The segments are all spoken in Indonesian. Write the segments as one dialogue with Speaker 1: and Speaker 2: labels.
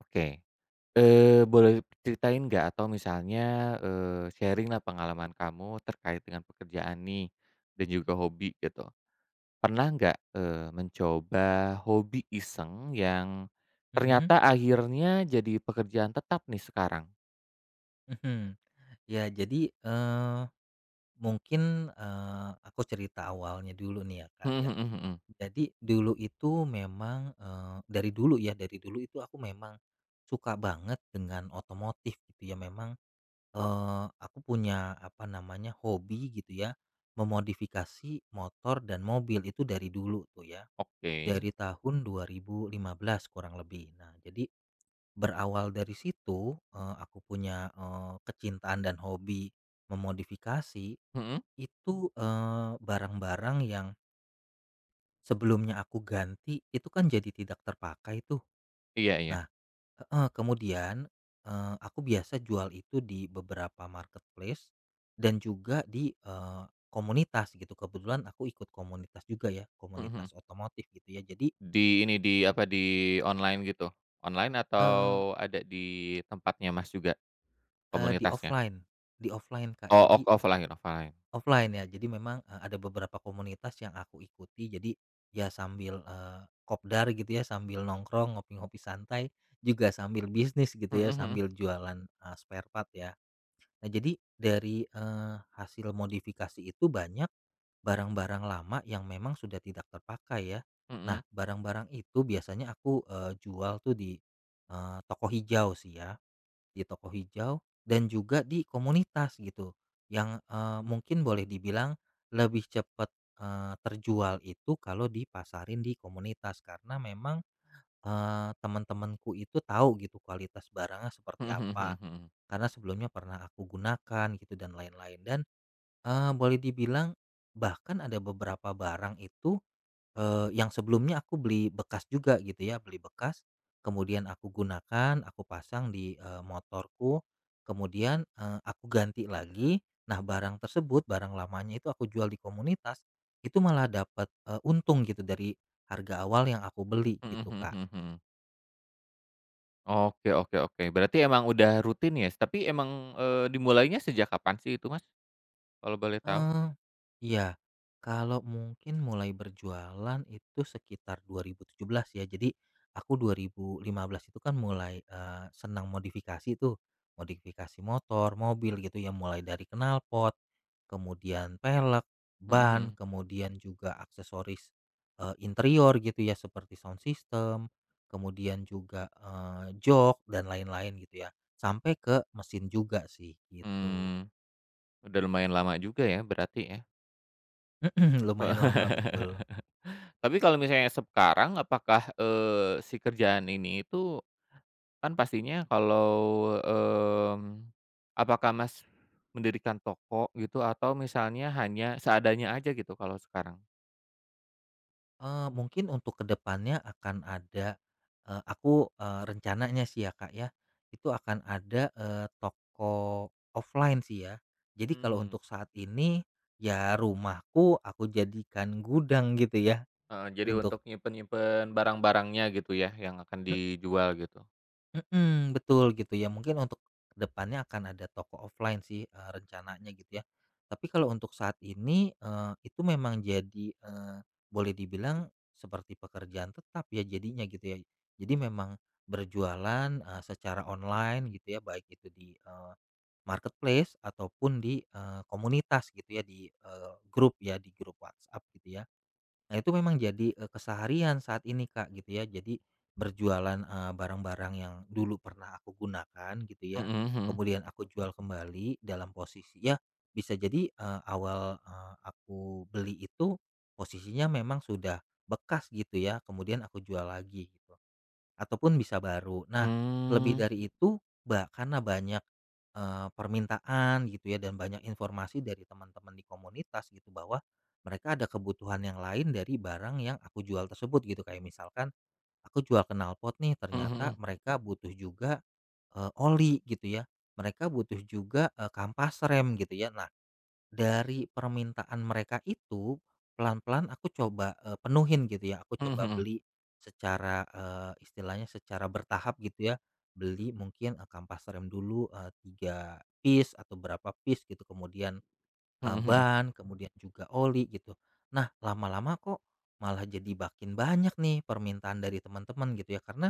Speaker 1: Oke, boleh ceritain nggak atau misalnya, sharing-lah pengalaman kamu terkait dengan pekerjaan nih dan juga hobi gitu. Pernah nggak, mencoba hobi iseng yang
Speaker 2: Mhm
Speaker 1: ternyata akhirnya jadi pekerjaan tetap nih sekarang?
Speaker 2: mhm. Ya jadi, mungkin, aku cerita awalnya dulu nih ya, Kak,
Speaker 1: Mhm
Speaker 2: ya.
Speaker 1: mhm mhm.
Speaker 2: Jadi dulu itu memang, dari dulu itu aku memang suka banget dengan otomotif gitu ya. Memang, aku punya apa namanya, hobi gitu ya, memodifikasi motor dan mobil itu dari dulu tuh ya,
Speaker 1: Oke.
Speaker 2: dari tahun 2015 kurang lebih. Nah jadi berawal dari situ, aku punya, kecintaan dan hobi memodifikasi
Speaker 1: Mhm,
Speaker 2: itu, barang-barang yang sebelumnya aku ganti itu kan jadi tidak terpakai tuh.
Speaker 1: iya iya.
Speaker 2: Nah heeh, kemudian, aku biasa jual itu di beberapa marketplace dan juga di, komunitas gitu. Kebetulan aku ikut komunitas juga ya,
Speaker 1: Mhm mhm.
Speaker 2: komunitas otomotif gitu ya. Jadi,
Speaker 1: Di ini, di apa, di online gitu? Online
Speaker 2: eee
Speaker 1: atau ada di tempatnya Mas juga,
Speaker 2: eee, di
Speaker 1: komunitasnya?
Speaker 2: offline, di offline, Kak.
Speaker 1: Oh,
Speaker 2: Jadi
Speaker 1: offline offline.
Speaker 2: offline ya, jadi memang, ada beberapa komunitas yang aku ikuti, jadi ya sambil, kopdar gitu ya, sambil nongkrong, ngopi-ngopi santai, juga sambil bisnis gitu
Speaker 1: Mhm
Speaker 2: ya,
Speaker 1: mhm.
Speaker 2: sambil jualan, spare part ya. Nah jadi dari, hasil modifikasi itu banyak barang-barang lama yang memang sudah tidak terpakai ya.
Speaker 1: Mhm.
Speaker 2: Nah barang-barang itu biasanya aku, jual tuh di, toko hijau sih ya, di toko hijau dan juga di komunitas gitu yang mungkin boleh dibilang lebih cepat terjual itu kalau dipasarin di komunitas karena memang teman-temanku itu tahu gitu kualitas barangnya seperti
Speaker 1: Mhm mhm
Speaker 2: apa
Speaker 1: mhm.
Speaker 2: karena sebelumnya pernah aku gunakan gitu dan lain-lain. Dan boleh dibilang bahkan ada beberapa barang itu, yang sebelumnya aku beli bekas juga gitu ya, beli bekas, kemudian aku gunakan, aku pasang di, motorku, kemudian, aku ganti lagi. Nah, barang tersebut, barang lamanya itu aku jual di komunitas, itu malah dapat, untung gitu dari harga awal yang aku beli gitu,
Speaker 1: Mhm
Speaker 2: Kak.
Speaker 1: mhm mhm. Oke oke oke. Berarti emang udah rutin ya? Tapi emang, dimulainya sejak kapan sih itu, Mas, kalau boleh tahu?
Speaker 2: eh iya. Kalau mungkin mulai berjualan itu sekitar 2017 ya. Jadi aku 2015 itu kan mulai, senang modifikasi tuh, modifikasi motor, mobil gitu ya, mulai dari knalpot, kemudian pelek,
Speaker 1: Mhm
Speaker 2: ban,
Speaker 1: mhm.
Speaker 2: kemudian juga aksesoris, interior gitu ya seperti sound system, kemudian juga, jok dan lain-lain gitu ya, sampai ke mesin juga sih gitu.
Speaker 1: Mmm, udah lumayan lama juga ya berarti ya?
Speaker 2: Lumayan lama, betul.
Speaker 1: Tapi kalau misalnya sekarang apakah, si kerjaan ini itu kan pastinya kalau, mmm, apakah Mas mendirikan toko gitu atau misalnya hanya seadanya aja gitu kalau sekarang?
Speaker 2: Mungkin untuk kedepannya akan ada, aku, rencananya sih ya, Kak, ya, itu akan ada, toko offline sih ya. Jadi kalau
Speaker 1: Mmm.
Speaker 2: untuk saat ini, ya rumahku aku jadikan gudang gitu ya
Speaker 1: Heeh, jadi
Speaker 2: untuk,
Speaker 1: untuk nyimpen-nyimpen barang-barangnya gitu ya, yang akan dijual gitu?
Speaker 2: mhm, betul gitu ya mungkin untuk kedepannya akan ada toko offline sih, rencananya gitu ya. Tapi kalau untuk saat ini, itu memang jadi, boleh dibilang seperti pekerjaan tetap ya jadinya gitu ya. Jadi memang berjualan, secara online gitu ya baik itu di, marketplace ataupun di, komunitas gitu ya, di, grup ya di grup WhatsApp gitu ya. Nah itu memang jadi, keseharian saat ini, Kak, gitu ya. Jadi berjualan, barang-barang yang dulu pernah aku gunakan gitu ya,
Speaker 1: Mhm mhm.
Speaker 2: kemudian aku jual kembali dalam posisi ya bisa jadi, awal, aku beli itu posisinya memang sudah bekas gitu ya, kemudian aku jual lagi gitu, ataupun bisa baru. Nah, lebih
Speaker 1: Mmm,
Speaker 2: dari itu, karena banyak, permintaan gitu ya dan banyak informasi dari teman-teman di komunitas gitu bahwa mereka ada kebutuhan yang lain dari barang yang aku jual tersebut gitu, kayak misalkan aku jual knalpot nih
Speaker 1: mhm
Speaker 2: ternyata
Speaker 1: mhm,
Speaker 2: mereka butuh juga, oli gitu ya, mereka butuh juga, kampas rem gitu ya. Nah dari permintaan mereka itu, pelan-pelan aku coba, penuhin gitu ya, aku
Speaker 1: mhm
Speaker 2: coba
Speaker 1: mhm,
Speaker 2: beli secara, istilahnya secara bertahap gitu ya, beli mungkin, kampas rem dulu, 3 piece atau berapa piece gitu, kemudian,
Speaker 1: mhm mhm,
Speaker 2: Ban, kemudian juga oli gitu. Nah, lama-lama kok malah jadi makin banyak nih permintaan dari teman-teman gitu ya, karena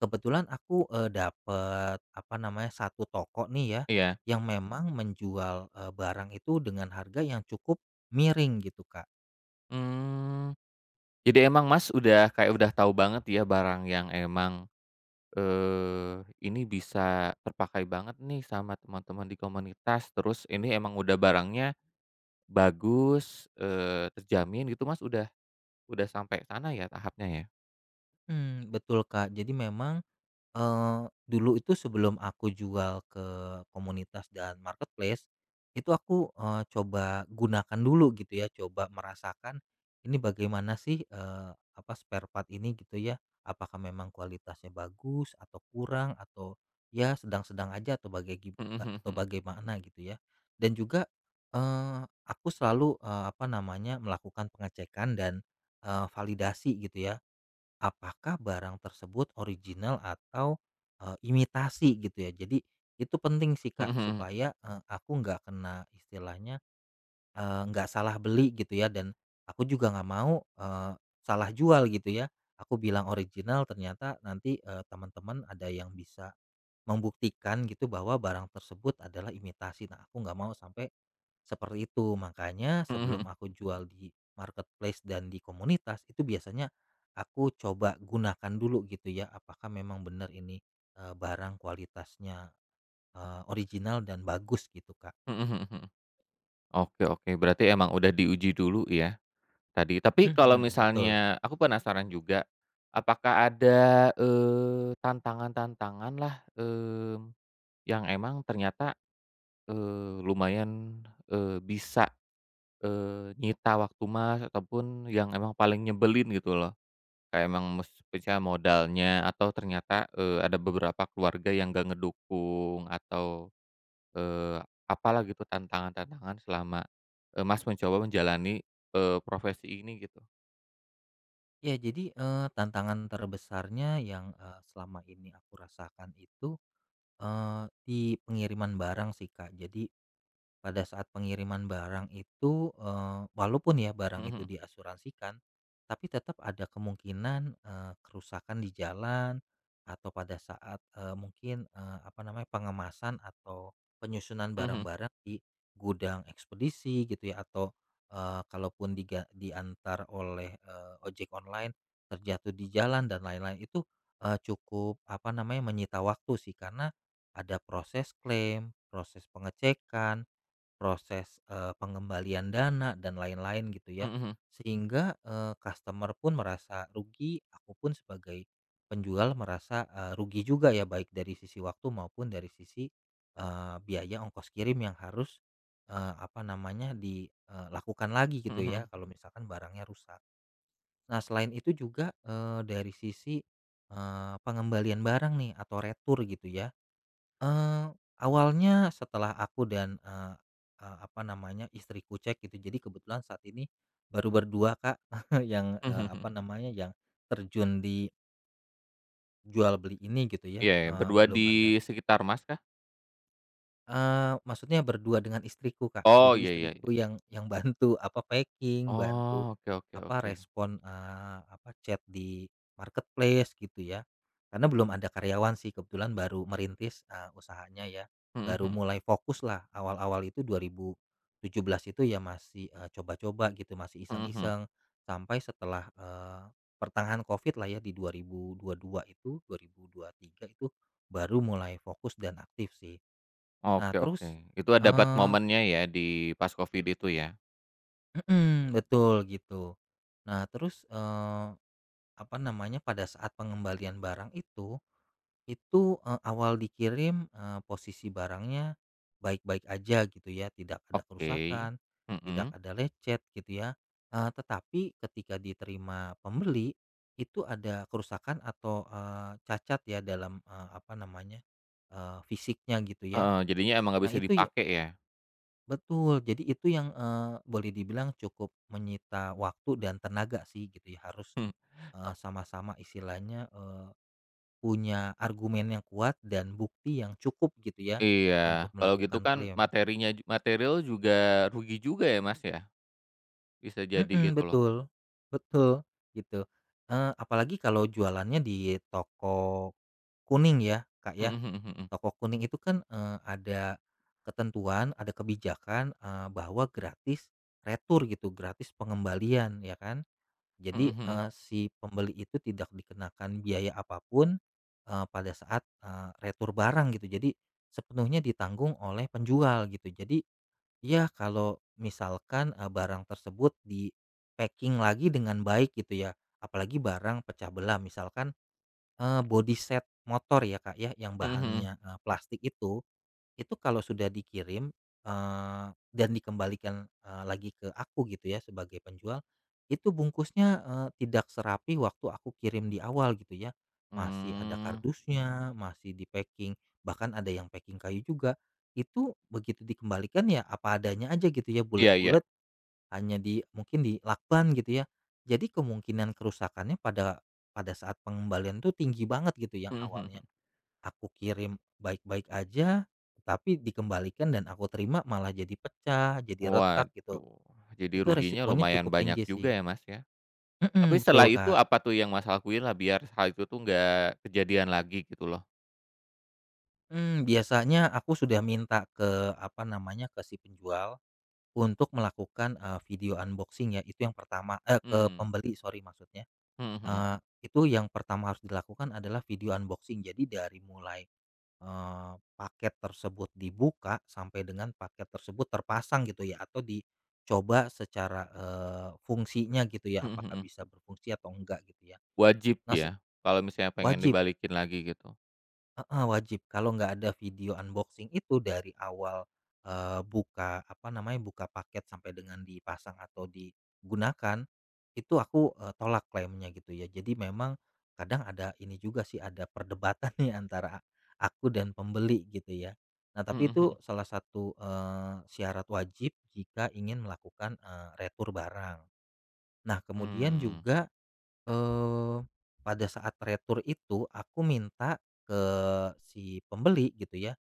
Speaker 2: kebetulan aku, dapet apa namanya, satu toko nih ya,
Speaker 1: iya,
Speaker 2: yang memang menjual, barang itu dengan harga yang cukup miring gitu, Kak.
Speaker 1: mmm, jadi emang Mas udah kayak udah tahu banget ya barang yang emang, ini bisa terpakai banget nih sama teman-teman di komunitas, terus ini emang udah barangnya bagus, terjamin gitu Mas udah sampai sana ya tahapnya ya?
Speaker 2: Mhm, betul, Kak. Jadi memang, dulu itu sebelum aku jual ke komunitas dan marketplace, itu aku, coba gunakan dulu gitu ya, coba merasakan ini bagaimana sih, apa, spare part ini gitu ya, apakah memang kualitasnya bagus atau kurang atau ya sedang-sedang aja atau
Speaker 1: Mhm
Speaker 2: atau
Speaker 1: mhm
Speaker 2: bagaimana gitu ya. Dan juga, aku selalu, apa namanya, melakukan pengecekan dan, validasi gitu ya. Apakah barang tersebut original atau, imitasi gitu ya. Jadi itu penting sih
Speaker 1: mhm,
Speaker 2: Kak
Speaker 1: mhm
Speaker 2: supaya, aku nggak kena istilahnya, nggak salah beli gitu ya dan aku juga nggak mau, salah jual gitu ya. Aku bilang original ternyata nanti, teman-teman ada yang bisa membuktikan gitu bahwa barang tersebut adalah imitasi. Nah aku nggak mau sampai seperti itu, makanya
Speaker 1: mhm, mhm
Speaker 2: sebelum
Speaker 1: mhm,
Speaker 2: aku jual di marketplace dan di komunitas itu biasanya aku coba gunakan dulu gitu ya, apakah memang benar ini barang kualitasnya, original dan bagus gitu, Kak.
Speaker 1: mhm mhm mhm. Oke oke, berarti emang udah diuji dulu ya tadi. Tapi kalau
Speaker 2: Mhm, betul.
Speaker 1: misalnya aku penasaran juga, apakah ada, tantangan lah mmm, yang emang ternyata, lumayan, bisa, nyita waktu Mas ataupun yang emang paling nyebelin gitu loh? Kayak emang misalnya modalnya atau ternyata, ada beberapa keluarga yang gak ngedukung atau eee, apalah gitu tantangan-tantangan selama, Mas mencoba menjalani, profesi ini gitu.
Speaker 2: Ya jadi, tantangan terbesarnya yang, selama ini aku rasakan itu, di pengiriman barang sih, Kak. Jadi pada saat pengiriman barang itu, walaupun ya barang itu
Speaker 1: Mhm
Speaker 2: diasuransikan, tapi tetap ada kemungkinan, kerusakan di jalan atau pada saat, mungkin, apa namanya, pengemasan atau penyusunan
Speaker 1: mhm
Speaker 2: barang-barang di gudang ekspedisi gitu ya, atau, kalaupun diantar oleh, ojek online, terjatuh di jalan dan lain-lain itu, cukup apa namanya, menyita waktu sih karena ada proses klaim, proses pengecekan, proses, pengembalian dana dan lain-lain gitu ya.
Speaker 1: mhm mhm
Speaker 2: Sehingga, customer pun merasa rugi, aku pun sebagai penjual merasa, rugi juga ya baik dari sisi waktu maupun dari sisi, biaya ongkos kirim yang harus, apa namanya, dilakukan lagi gitu ya
Speaker 1: mhm
Speaker 2: kalau misalkan barangnya rusak. Nah selain itu juga, dari sisi, pengembalian barang nih atau retur gitu ya. Awalnya setelah aku dan, eee eee, apa namanya, istriku cek gitu. Jadi kebetulan saat ini baru berdua, Kak, yang,
Speaker 1: mhm mhm
Speaker 2: apa
Speaker 1: mhm.
Speaker 2: namanya, yang terjun di jual beli ini gitu ya,
Speaker 1: Iya ya, berdua
Speaker 2: belum
Speaker 1: di
Speaker 2: mhm ada.
Speaker 1: sekitar Mas kah?
Speaker 2: Maksudnya berdua dengan istriku, Kak.
Speaker 1: Oh,
Speaker 2: Jadi
Speaker 1: iya iya iya.
Speaker 2: istriku yang bantu apa packing, bantu
Speaker 1: Oh, oke oke
Speaker 2: apa
Speaker 1: oke.
Speaker 2: respon, apa chat di marketplace gitu ya. Karena belum ada karyawan sih, kebetulan baru merintis, usahanya ya.
Speaker 1: Mhm
Speaker 2: Baru
Speaker 1: mhm
Speaker 2: mulai fokus lah awal-awal itu 2017 itu ya masih, coba-coba gitu, masih
Speaker 1: mhm mhm.
Speaker 2: iseng-iseng. Sampai setelah, pertengahan Covid lah ya di dua dua ribu dua itu, dua itu, 2023 itu baru mulai fokus dan aktif sih. Nah
Speaker 1: Oke oke.
Speaker 2: terus,
Speaker 1: Itu ada dapat
Speaker 2: eee,
Speaker 1: momennya ya di pas Covid itu ya?
Speaker 2: betul gitu. Nah terus, apa namanya, pada saat pengembalian barang itu, awal dikirim, posisi barangnya baik-baik aja gitu ya, tidak ada
Speaker 1: Oke.
Speaker 2: kerusakan, tidak
Speaker 1: Mhm.
Speaker 2: ada lecet gitu ya, tetapi ketika diterima pembeli, itu ada kerusakan atau, cacat ya dalam, apa namanya, fisiknya gitu ya.
Speaker 1: Heeh, jadinya emang nggak
Speaker 2: Nah
Speaker 1: bisa
Speaker 2: itu ya,
Speaker 1: dipakai ya?
Speaker 2: betul, jadi itu yang, boleh dibilang cukup menyita waktu dan tenaga sih gitu ya, harus, sama-sama istilahnya, punya argumen yang kuat dan bukti yang cukup gitu ya, untuk
Speaker 1: Iya, kalau gitu
Speaker 2: melakukan
Speaker 1: kan
Speaker 2: klaim.
Speaker 1: materinya material juga rugi juga ya, Mas, ya? Bisa jadi
Speaker 2: Mhm,
Speaker 1: gitu loh.
Speaker 2: betul, betul, gitu. Apalagi kalau jualannya di toko kuning ya, Kak, ya.
Speaker 1: Mhm mhm mhm.
Speaker 2: Toko kuning itu kan, ada ketentuan, ada kebijakan, bahwa gratis retur gitu, gratis pengembalian ya kan?
Speaker 1: Mhm
Speaker 2: Jadi,
Speaker 1: mhm.
Speaker 2: si pembeli itu tidak dikenakan biaya apapun, pada saat, retur barang gitu. Jadi, sepenuhnya ditanggung oleh penjual gitu. Jadi, ya kalau misalkan, barang tersebut di-packing lagi dengan baik gitu ya, apalagi barang pecah belah misalkan, body set motor ya, Kak, ya, yang
Speaker 1: Mhm mhm.
Speaker 2: bahannya, plastik itu kalau sudah dikirim, dan dikembalikan, lagi ke aku gitu ya sebagai penjual, itu bungkusnya, tidak serapi waktu aku kirim di awal gitu ya. Masih ada
Speaker 1: Mmm.
Speaker 2: kardusnya, masih di-packing, bahkan ada yang packing kayu juga. Itu begitu dikembalikan ya apa adanya aja gitu ya,
Speaker 1: Iya iya.
Speaker 2: bulat-bulat hanya di mungkin di lakban gitu ya. Jadi kemungkinan kerusakannya pada pada saat pengembalian tuh tinggi banget gitu, yang
Speaker 1: Mhm mhm
Speaker 2: awalnya
Speaker 1: mhm.
Speaker 2: aku kirim baik-baik aja, tapi dikembalikan dan aku terima malah jadi pecah, jadi retak gitu.
Speaker 1: Waduh, jadi
Speaker 2: Itu
Speaker 1: ruginya
Speaker 2: resikonya
Speaker 1: lumayan
Speaker 2: cukup
Speaker 1: banyak
Speaker 2: tinggi
Speaker 1: juga
Speaker 2: sih.
Speaker 1: ya, Mas, ya. Tapi
Speaker 2: Mhm,
Speaker 1: setelah
Speaker 2: betul Kak.
Speaker 1: itu apa tuh yang Mas lakuin lah biar hal itu tuh nggak kejadian lagi gitu loh?
Speaker 2: Mmm, biasanya aku sudah minta ke, apa namanya, ke si penjual untuk melakukan, video unboxing ya, itu yang pertama ke
Speaker 1: Mmm.
Speaker 2: pembeli, sorry maksudnya.
Speaker 1: Mhm mhm.
Speaker 2: Eee, itu yang pertama harus dilakukan adalah video unboxing. Jadi dari mulai, paket tersebut dibuka sampai dengan paket tersebut terpasang gitu ya atau dicoba secara, fungsinya gitu ya
Speaker 1: Mhm
Speaker 2: apakah
Speaker 1: mhm.
Speaker 2: bisa berfungsi atau enggak gitu ya.
Speaker 1: Wajib
Speaker 2: Nah se
Speaker 1: ya, kalau misalnya pengen
Speaker 2: Wajib,
Speaker 1: dibalikin lagi gitu?
Speaker 2: heeh, wajib. Kalau nggak ada video unboxing itu dari awal, buka, apa namanya, buka paket sampai dengan dipasang atau digunakan, itu aku, tolak klaimnya gitu ya. Jadi memang kadang ada ini juga sih, ada perdebatan nih antara aku dan pembeli gitu ya. Nah, tapi
Speaker 1: Mhm
Speaker 2: itu
Speaker 1: mhm.
Speaker 2: salah satu, syarat wajib jika ingin melakukan, retur barang. Nah, kemudian
Speaker 1: Mmm.
Speaker 2: juga, Eee, pada saat retur itu aku minta ke si pembeli gitu ya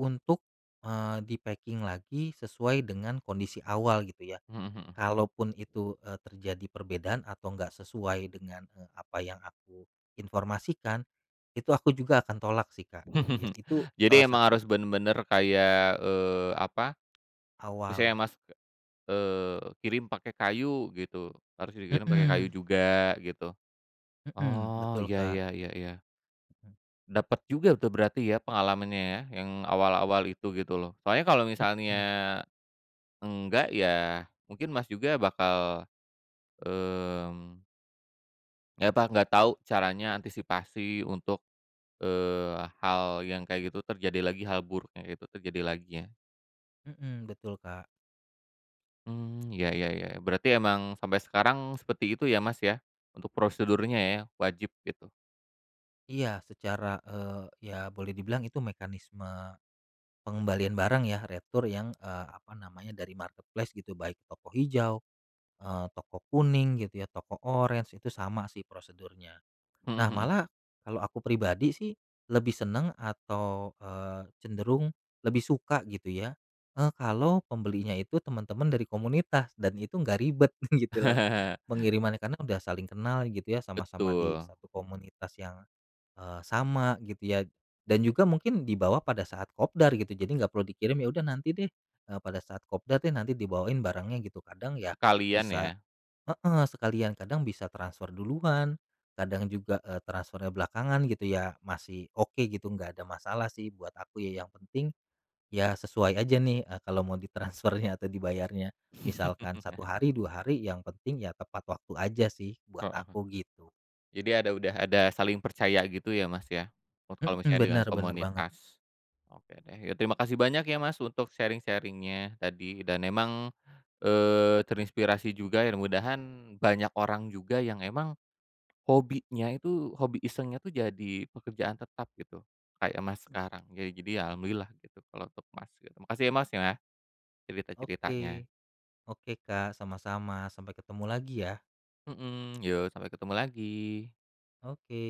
Speaker 2: untuk, di-packing lagi sesuai dengan kondisi awal gitu ya.
Speaker 1: Mhm mhm.
Speaker 2: Kalaupun itu, terjadi perbedaan atau nggak sesuai dengan, apa yang aku informasikan, itu aku juga akan tolak sih, Kak, gitu ya. Itu
Speaker 1: Jadi
Speaker 2: salah
Speaker 1: emang
Speaker 2: satu
Speaker 1: harus bener-bener kayak, apa, misalnya
Speaker 2: awal.
Speaker 1: Mas kirim pakai kayu gitu, harus dikirim pakai kayu
Speaker 2: Mhm,
Speaker 1: juga gitu.
Speaker 2: mhm,
Speaker 1: Oh,
Speaker 2: betul,
Speaker 1: iya
Speaker 2: Kak.
Speaker 1: iya iya iya. Dapat juga tuh berarti ya pengalamannya ya, yang awal-awal itu gitu loh. Soalnya kalau
Speaker 2: Mhm,
Speaker 1: misalnya
Speaker 2: mhm,
Speaker 1: enggak ya mungkin Mas juga bakal, mmm, ya apa, nggak tahu caranya antisipasi untuk, eee, hal yang kayak gitu terjadi lagi, hal buruk yang kayak gitu terjadi lagi ya.
Speaker 2: mhm, betul, Kak.
Speaker 1: Mmm, iya iya iya. Berarti emang sampai sekarang seperti itu ya Mas ya, untuk prosedurnya ya, wajib gitu?
Speaker 2: Iya secara, ya boleh dibilang itu mekanisme pengembalian barang ya, retur yang, apa namanya, dari marketplace gitu, baik toko hijau, toko kuning gitu ya, toko orange, itu sama sih prosedurnya.
Speaker 1: Mhm
Speaker 2: Nah,
Speaker 1: mhm.
Speaker 2: malah kalau aku pribadi sih lebih seneng atau, cenderung lebih suka gitu ya, kalau pembelinya itu teman-teman dari komunitas dan itu nggak ribet gitu loh pengirimannya, karena udah saling kenal gitu ya, sama-sama di
Speaker 1: Betul,
Speaker 2: satu komunitas yang, sama gitu ya, dan juga mungkin dibawa pada saat kopdar gitu, jadi nggak perlu dikirim, ya udah nanti deh, pada saat kopdar deh nanti dibawain barangnya gitu. Kadang ya
Speaker 1: sekalian ya.
Speaker 2: bisa heeh, sekalian, kadang bisa transfer duluan, kadang juga, transfernya belakangan gitu ya, masih oke gitu, nggak ada masalah sih buat aku ya, yang penting ya sesuai aja nih, kalau mau ditransfernya atau dibayarnya. Misalkan 1 hari, 2 hari, yang penting ya tepat waktu aja sih buat
Speaker 1: Heeh.
Speaker 2: aku gitu.
Speaker 1: Jadi ada udah ada saling percaya gitu ya, Mas, ya, kalau
Speaker 2: Mhm,
Speaker 1: misalnya dengan
Speaker 2: bener banget.
Speaker 1: komunitas. Oke deh, ya terima kasih banyak ya, Mas, untuk sharing sharingnya tadi dan emang, terinspirasi juga ya mudahan banyak orang juga yang emang hobinya itu, hobi isengnya tuh jadi pekerjaan tetap gitu, kayak Mas
Speaker 2: Mmm,
Speaker 1: sekarang. Jadi ya alhamdulillah gitu kalau untuk Mas gitu. Makasih ya, Mas, ya,
Speaker 2: oke.
Speaker 1: cerita-ceritanya.
Speaker 2: Oke Kak, sama-sama. Sampai ketemu lagi ya.
Speaker 1: Mhm, yo sampai ketemu lagi.
Speaker 2: Oke.